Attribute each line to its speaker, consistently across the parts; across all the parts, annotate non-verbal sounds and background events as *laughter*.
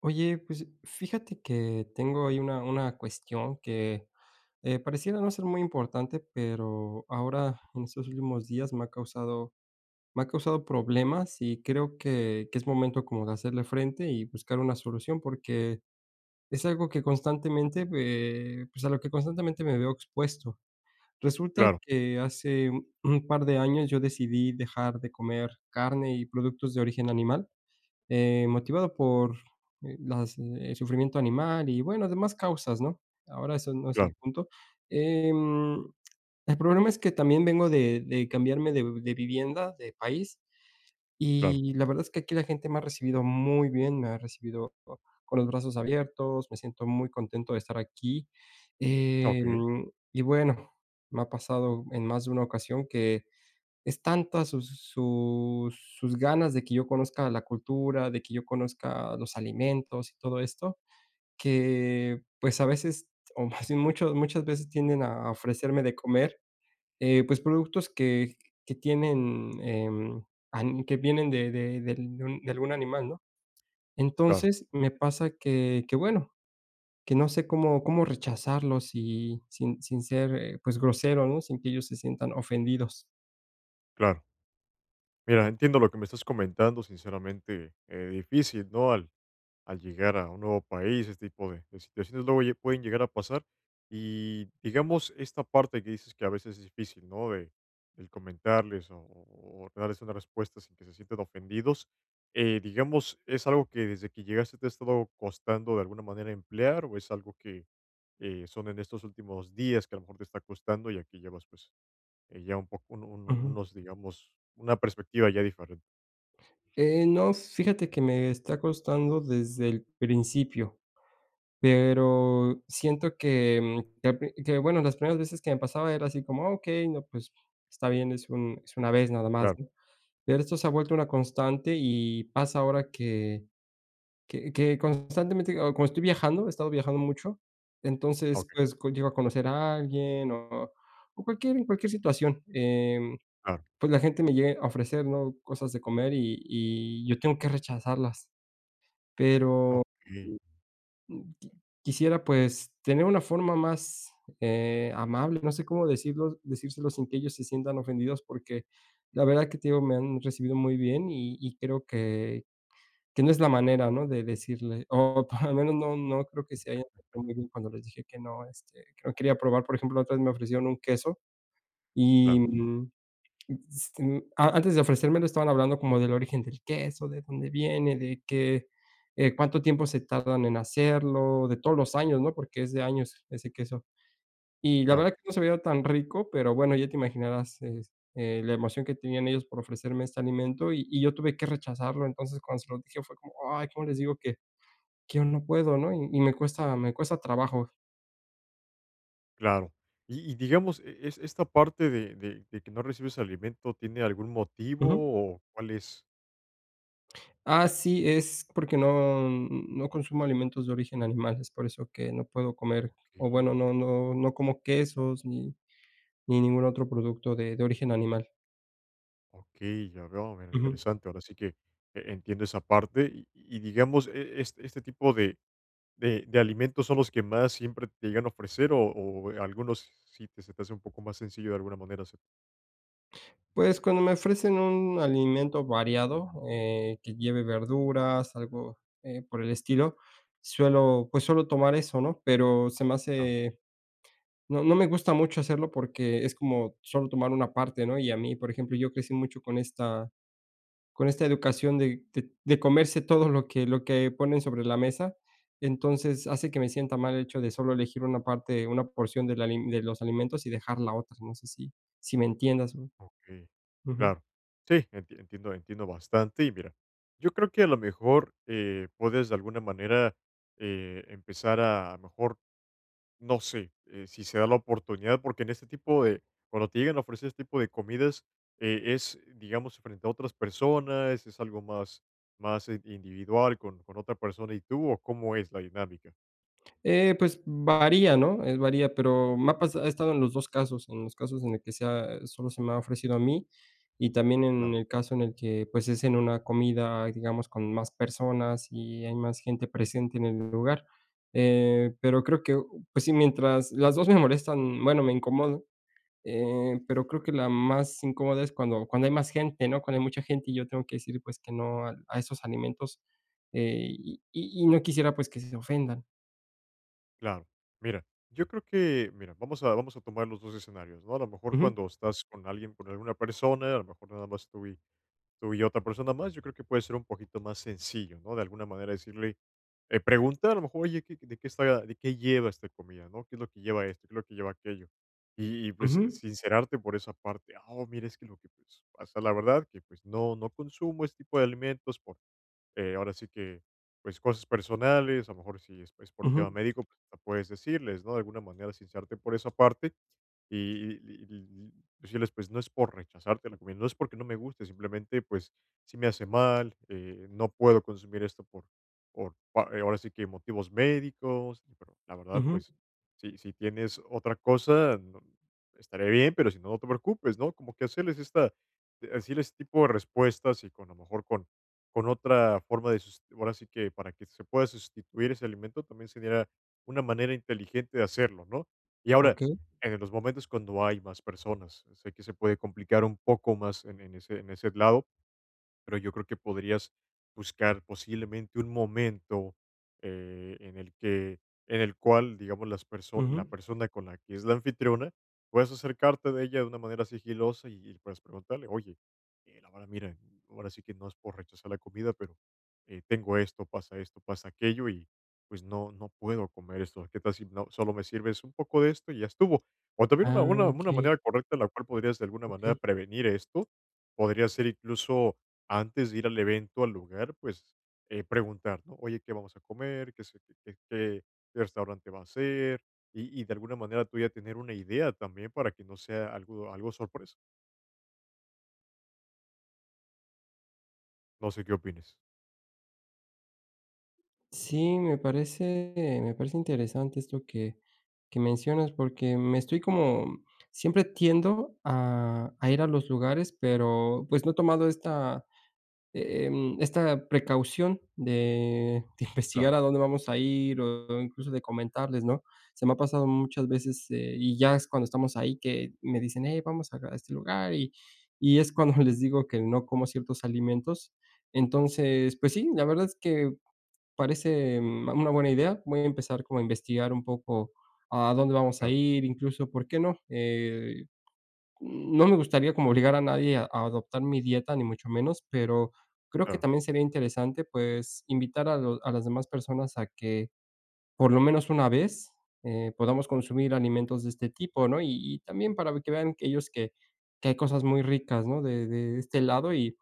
Speaker 1: Oye, pues fíjate que tengo ahí una cuestión que pareciera no ser muy importante, pero ahora en estos últimos días me ha causado problemas y creo que es momento como de hacerle frente y buscar una solución porque es algo que constantemente, pues a lo que constantemente me veo expuesto. Resulta
Speaker 2: Claro,
Speaker 1: que hace un par de años yo decidí dejar de comer carne y productos de origen animal motivado por las, el sufrimiento animal y, bueno, demás causas, ¿no? Ahora eso no es el
Speaker 2: claro,
Speaker 1: punto. Em, el problema es que también vengo de cambiarme de vivienda, de país,
Speaker 2: claro.
Speaker 1: y la verdad es que aquí la gente me ha recibido muy bien, me ha recibido con los brazos abiertos, me siento muy contento de estar aquí.
Speaker 2: Okey,
Speaker 1: Y bueno, me ha pasado en más de una ocasión que es tanta sus ganas de que yo conozca la cultura, de que yo conozca los alimentos y todo esto, que, pues, a veces, *laughs* o más bien mucho muchas veces tienden a ofrecerme de comer, pues, productos que tienen, ani que vienen de algún animal, ¿no?
Speaker 2: claro,
Speaker 1: Entonces, me pasa que, bueno, que no sé cómo rechazarlos y sin ser, pues, grosero, ¿no? Sin que ellos se sientan ofendidos.
Speaker 2: claro. Mira, entiendo lo que me estás comentando, sinceramente, difícil, ¿no? Al llegar a un nuevo país, este tipo de situaciones luego lle pueden llegar a pasar. Y, digamos, esta parte que dices que a veces es difícil, ¿no? De el comentarles o darles una respuesta sin que se sientan ofendidos, digamos, ¿es algo que desde que llegaste te ha estado costando de alguna manera emplear o es algo que, son en estos últimos días que a lo mejor te está costando y aquí llevas, pues ya un poco un
Speaker 1: Ujú.
Speaker 2: unos, digamos, una perspectiva ya diferente.
Speaker 1: No, fíjate que me está costando desde el principio, pero siento que, que al pri que, bueno, las primeras veces que me pasaba era así como: "Ah, okey, no, pues está bien, es un es una vez nada más",
Speaker 2: Claro,
Speaker 1: ¿no? Pero esto se ha vuelto una constante y pasa ahora que que constantemente, o como estoy viajando, he estado viajando mucho, entonces,
Speaker 2: okey,
Speaker 1: pues, co llego a conocer a alguien o cualquier en cualquier situación,
Speaker 2: claro,
Speaker 1: pues, la gente me llega a ofrecer, ¿no?, cosas de comer y yo tengo que rechazarlas. Pero,
Speaker 2: okey,
Speaker 1: mm, qui quisiera, pues, tener una forma más, amable, no sé cómo decirlo decírselo sin que ellos se sientan ofendidos, porque la verdad que, te digo, me han recibido muy bien y creo que no es la manera, ¿no?, de decirle, o *laughs* por lo menos no creo que se hayan portado muy bien cuando les dije que no, este, que no quería probar. Por ejemplo, la otra vez me ofrecieron un queso y,
Speaker 2: claro,
Speaker 1: mm S mm, a antes de ofrecérmelo, estaban hablando como del origen del queso, de dónde viene, de qué, cuánto tiempo se tardan en hacerlo, de todos los años, ¿no? Porque es de años ese queso. Y la
Speaker 2: claro,
Speaker 1: verdad que no se veía tan rico, pero bueno, ya te imaginarás, es, la emoción que tenían ellos por ofrecerme este alimento, y yo tuve que rechazarlo. Entonces, cuando se lo dije, fue como, ay, ¿cómo les digo que yo no puedo, no? Y y me cuesta trabajo.
Speaker 2: claro. Y digamos, es esta parte de que no recibes alimento, ¿tiene algún motivo
Speaker 1: Ujú.
Speaker 2: o cuál es?
Speaker 1: Ah, sí, es porque no consumo alimentos de origen animal, es por eso que no puedo comer, o bueno,
Speaker 2: Okey,
Speaker 1: no como quesos ni ningún otro producto de origen animal.
Speaker 2: okey, ya veo, mira,
Speaker 1: Ujú.
Speaker 2: interesante. Ahora sí que entiendo esa parte y digamos, este tipo de alimentos son los que más siempre te llegan a ofrecer o algunos sí te se te hace un poco más sencillo de alguna manera aceptar.
Speaker 1: Pues, cuando me ofrecen un alimento variado, que lleve verduras, algo, por el estilo, suelo tomar eso, ¿no? Pero se me hace no me gusta mucho hacerlo porque es como solo tomar una parte, ¿no? Y a mí, por ejemplo, yo crecí mucho con esta educación de comerse todo lo que ponen sobre la mesa. Entonces, hace que me sienta mal el hecho de solo elegir una parte, una porción del ali de los alimentos y dejar la otra. No sé si si me entiendas, ¿no?
Speaker 2: Ok,
Speaker 1: Ujú.
Speaker 2: claro. Sí, entiendo bastante y mira, yo creo que a lo mejor, puedes de alguna manera, empezar a lo mejor, no sé, si se da la oportunidad, porque en este tipo de cuando te llegan a ofrecer este tipo de comidas, es, digamos, frente a otras personas, es algo más, individual con otra persona y tú, ¿o cómo es la dinámica?
Speaker 1: Pues varía, ¿no? Varía, pero ha estado en los 2 casos, en los casos en el que sea solo se me ha ofrecido a mí, y también en
Speaker 2: Claro.
Speaker 1: el caso en el que, pues, es en una comida, digamos, con más personas y hay más gente presente en el lugar. Pero creo que, pues sí, mientras las 2 me molestan, bueno, me incomodan, pero creo que la más incómoda es cuando hay más gente, ¿no? Cuando hay mucha gente y yo tengo que decir, pues, que no al a esos alimentos, y y no quisiera, pues, que se ofendan.
Speaker 2: Claro. Mira, yo creo que, mira, vamos a tomar los dos escenarios, ¿no? A lo mejor
Speaker 1: Ujú.
Speaker 2: cuando estás con alguien, con alguna persona, a lo mejor nada más tú y otra persona más, yo creo que puede ser un poquito más sencillo, ¿no? De alguna manera decirle, preguntar a lo mejor, oye, ¿De qué lleva esta comida, ¿no? ¿Qué es lo que lleva esto? ¿Qué es lo que lleva aquello? Y, pues
Speaker 1: Ujú,
Speaker 2: sincerarte por esa parte, ah, oh, mira, es que lo que pues, pasa, la verdad, que pues no consumo este tipo de alimentos por ahora sí que, pues, cosas personales, a lo mejor si es por el tema
Speaker 1: ujú,
Speaker 2: médico, pues, hasta puedes decirles, ¿no? De alguna manera sincerarte por esa parte y decirles, pues, no es por rechazarte la comida, no es porque no me guste, simplemente, pues, si me hace mal, no puedo consumir esto ahora sí que motivos médicos, pero la verdad,
Speaker 1: ujú,
Speaker 2: pues, si tienes otra cosa, estaré bien, pero si no, no te preocupes, ¿no? Como que hacerles esta, decirles este tipo de respuestas y con a lo mejor con otra forma de sus ahora sí que para que se pueda sustituir ese alimento también sería una manera inteligente de hacerlo, ¿no? Y ahora,
Speaker 1: okey,
Speaker 2: en los momentos cuando hay más personas, sé que se puede complicar un poco más en ese lado, pero yo creo que podrías buscar posiblemente un momento eh, en el que, en el cual, digamos, la
Speaker 1: ujú.
Speaker 2: persona con la que es la anfitriona, puedas acercarte de ella de una manera sigilosa y puedas preguntarle, oye, la verdad, mira, ahora sí que no es por rechazar la comida, pero tengo esto, pasa aquello y pues no puedo comer esto. ¿Qué tal si no, solo me sirves un poco de esto y ya estuvo? O también una,
Speaker 1: Ah,
Speaker 2: una, una
Speaker 1: okey,
Speaker 2: manera correcta en la cual podrías de alguna manera
Speaker 1: okey.
Speaker 2: prevenir esto, podría ser incluso antes de ir al evento, al lugar, pues, preguntar, ¿no? Oye, ¿qué vamos a comer? ¿Qué se qué qué qué restaurante va a ser? Y de alguna manera tú ya tener una idea también para que no sea algo sorpresa. No sé qué opines.
Speaker 1: Sí, me parece interesante esto que mencionas, porque me estoy como siempre tiendo a ir a los lugares, pero, pues, no he tomado esta esta precaución de *laughs* de investigar
Speaker 2: Claro,
Speaker 1: a dónde vamos a ir o incluso de comentarles, ¿no? Se me ha pasado muchas veces, y ya es cuando estamos ahí que me dicen: "Hey, vamos a este lugar", y es cuando *laughs* les digo que no como ciertos alimentos. Entonces, pues sí, la verdad es que parece, una buena idea. Voy a empezar como a investigar un poco a dónde vamos a
Speaker 2: claro,
Speaker 1: ir, incluso, ¿por qué no? No me gustaría como obligar a nadie a adoptar mi dieta, ni mucho menos, pero creo que
Speaker 2: claro,
Speaker 1: también sería interesante, pues, invitar a las demás personas a que, por lo menos una vez, podamos consumir alimentos de este tipo, ¿no? Y también para que vean que hay cosas muy ricas, ¿no? De este lado y,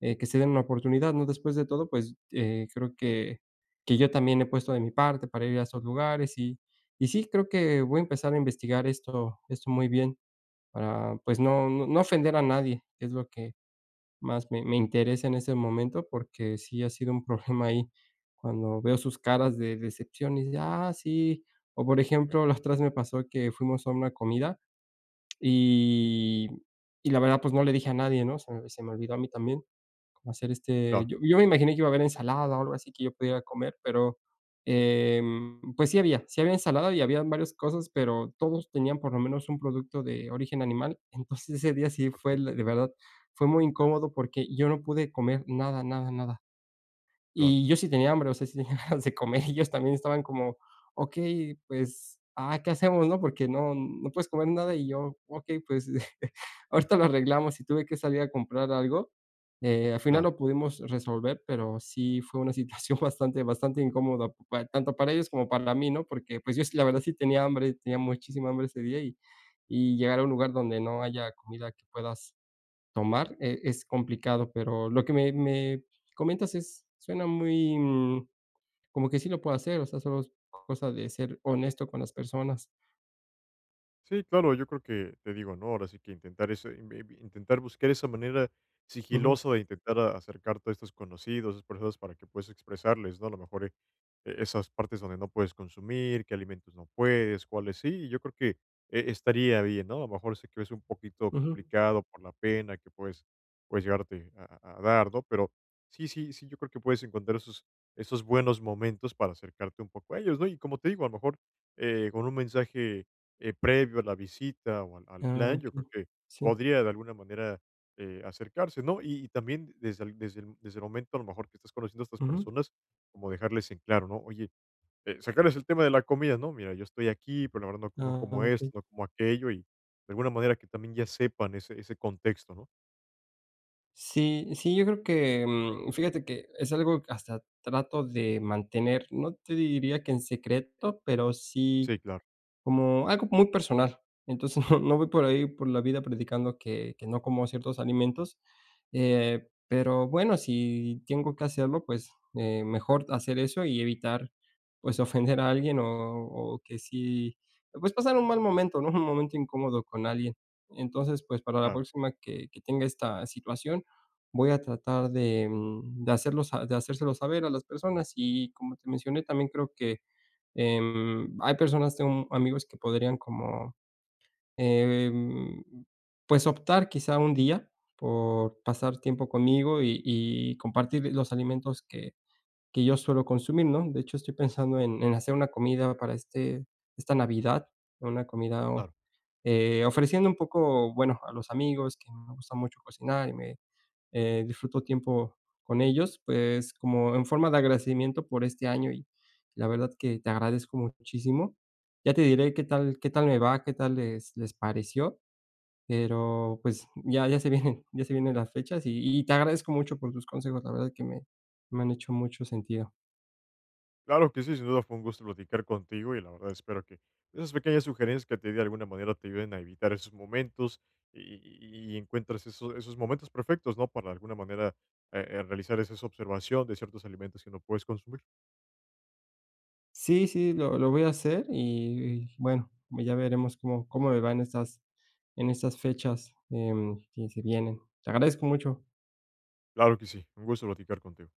Speaker 1: que se den una oportunidad, ¿no? Después de todo, pues, creo que yo también he puesto de mi parte para ir a esos lugares y sí, creo que voy a empezar a investigar esto muy bien. Para, pues, no ofender a nadie, que es lo que más me me interesa en ese momento, porque sí ha sido un *laughs* problema ahí, cuando veo sus caras de decepción y dice: "Ah, sí". O, por ejemplo, la otra vez me pasó que fuimos a una comida y la verdad, pues, no le dije a nadie, ¿no? Se me olvidó a mí también como hacer este
Speaker 2: claro.
Speaker 1: yo me imaginé que iba a haber ensalada o algo así que yo pudiera comer, pero, pues sí había ensalada y había varias cosas, pero todos tenían por lo menos un producto de origen animal. *laughs* Entonces, ese día sí fue,
Speaker 2: Okey,
Speaker 1: de verdad, fue muy incómodo porque yo no pude comer nada, nada, nada.
Speaker 2: claro,
Speaker 1: Y yo sí tenía hambre, o sea, sí tenía *laughs* ganas de comer, y ellos también estaban como: "Okey, pues, ah, ¿qué hacemos?", ¿no? Porque no puedes comer nada, y yo: "Okey, pues, *laughs* ahorita lo arreglamos", y tuve que salir a comprar algo. Al final
Speaker 2: claro.
Speaker 1: lo pudimos resolver, pero sí fue una situación *laughs* bastante incómoda, pa tanto para ellos como para mí, ¿no? Porque, pues, yo sí, la verdad, sí tenía hambre, tenía muchísima hambre ese día, y llegar a un lugar donde no haya comida que puedas tomar, es complicado, pero lo que me comentas es suena muy, como que sí lo puedo hacer, o sea, solo es cosa de ser honesto con las personas.
Speaker 2: Sí, claro, yo creo que te digo, ¿no? Ahora sí que intentar eso, intentar buscar esa manera
Speaker 1: Ujú,
Speaker 2: sigilosa de intentar acercarte a estos conocidos, esas personas para que puedas expresarles, ¿no? A lo mejor esas partes donde no puedes consumir, qué alimentos no puedes, cuáles sí, yo creo que estaría bien, ¿no? A lo mejor sé que es un poquito
Speaker 1: ujú.
Speaker 2: complicado por la pena que puedes llegarte a, a dar, ¿no? Pero sí, sí, sí, yo creo que puedes encontrar esos buenos momentos para acercarte un poco a ellos, ¿no? Y como te digo, a lo mejor con un mensaje previo a la visita o al
Speaker 1: Ah,
Speaker 2: plan, yo
Speaker 1: okey.
Speaker 2: creo que
Speaker 1: Sí.
Speaker 2: podría de alguna manera acercarse, ¿no? Y también desde el momento a lo mejor que estás conociendo a estas
Speaker 1: Ujú.
Speaker 2: personas, como dejarles en claro, ¿no? Oye, sacarles el tema de la comida, ¿no? Mira, yo estoy aquí, pero la verdad no
Speaker 1: Ah,
Speaker 2: como esto,
Speaker 1: okey.
Speaker 2: no como aquello, y de alguna manera que también ya sepan ese contexto, ¿no?
Speaker 1: Sí, sí, yo creo que, fíjate que es algo que hasta trato de mantener, no te diría que en secreto, pero sí
Speaker 2: Sí, claro,
Speaker 1: como algo muy personal. Entonces, *laughs* no voy por ahí por la vida predicando que no como ciertos alimentos, pero bueno, si tengo que hacerlo, pues, mejor hacer eso y evitar, pues, *laughs* ofender a alguien o que sí, pues, pasar un mal momento, ¿no? *laughs* Un momento incómodo con alguien. Entonces, pues, para la
Speaker 2: claro,
Speaker 1: próxima que tenga esta situación, voy a tratar de, mm, de hacerlo sa de hacérselo saber a las personas. Y como te mencioné, también creo que hay personas, tengo amigos que podrían como, em, pues, optar quizá un día por pasar tiempo conmigo y compartir los alimentos que yo suelo consumir, ¿no? De hecho, estoy pensando en hacer una comida para esta Navidad, una comida,
Speaker 2: claro.
Speaker 1: ofreciendo un poco, bueno, a los amigos que me gusta mucho cocinar y me disfruto tiempo con ellos, pues, como en forma de agradecimiento por este año y la verdad que te agradezco muchísimo. Ya te diré qué tal me va, qué tal les pareció, pero, pues, ya se vienen las fechas y te agradezco mucho por tus consejos, la verdad que me han hecho mucho sentido.
Speaker 2: Claro que sí, sin duda fue un gusto platicar contigo y la verdad espero que esas pequeñas sugerencias que te di de alguna manera te ayuden a evitar esos momentos y encuentres esos momentos perfectos, ¿no? Para de alguna manera realizar esa observación de ciertos alimentos que no puedes consumir.
Speaker 1: Sí, sí, lo voy a hacer y bueno, ya veremos cómo me va en estas fechas, que se vienen. Te agradezco mucho.
Speaker 2: Claro que sí, un gusto platicar contigo.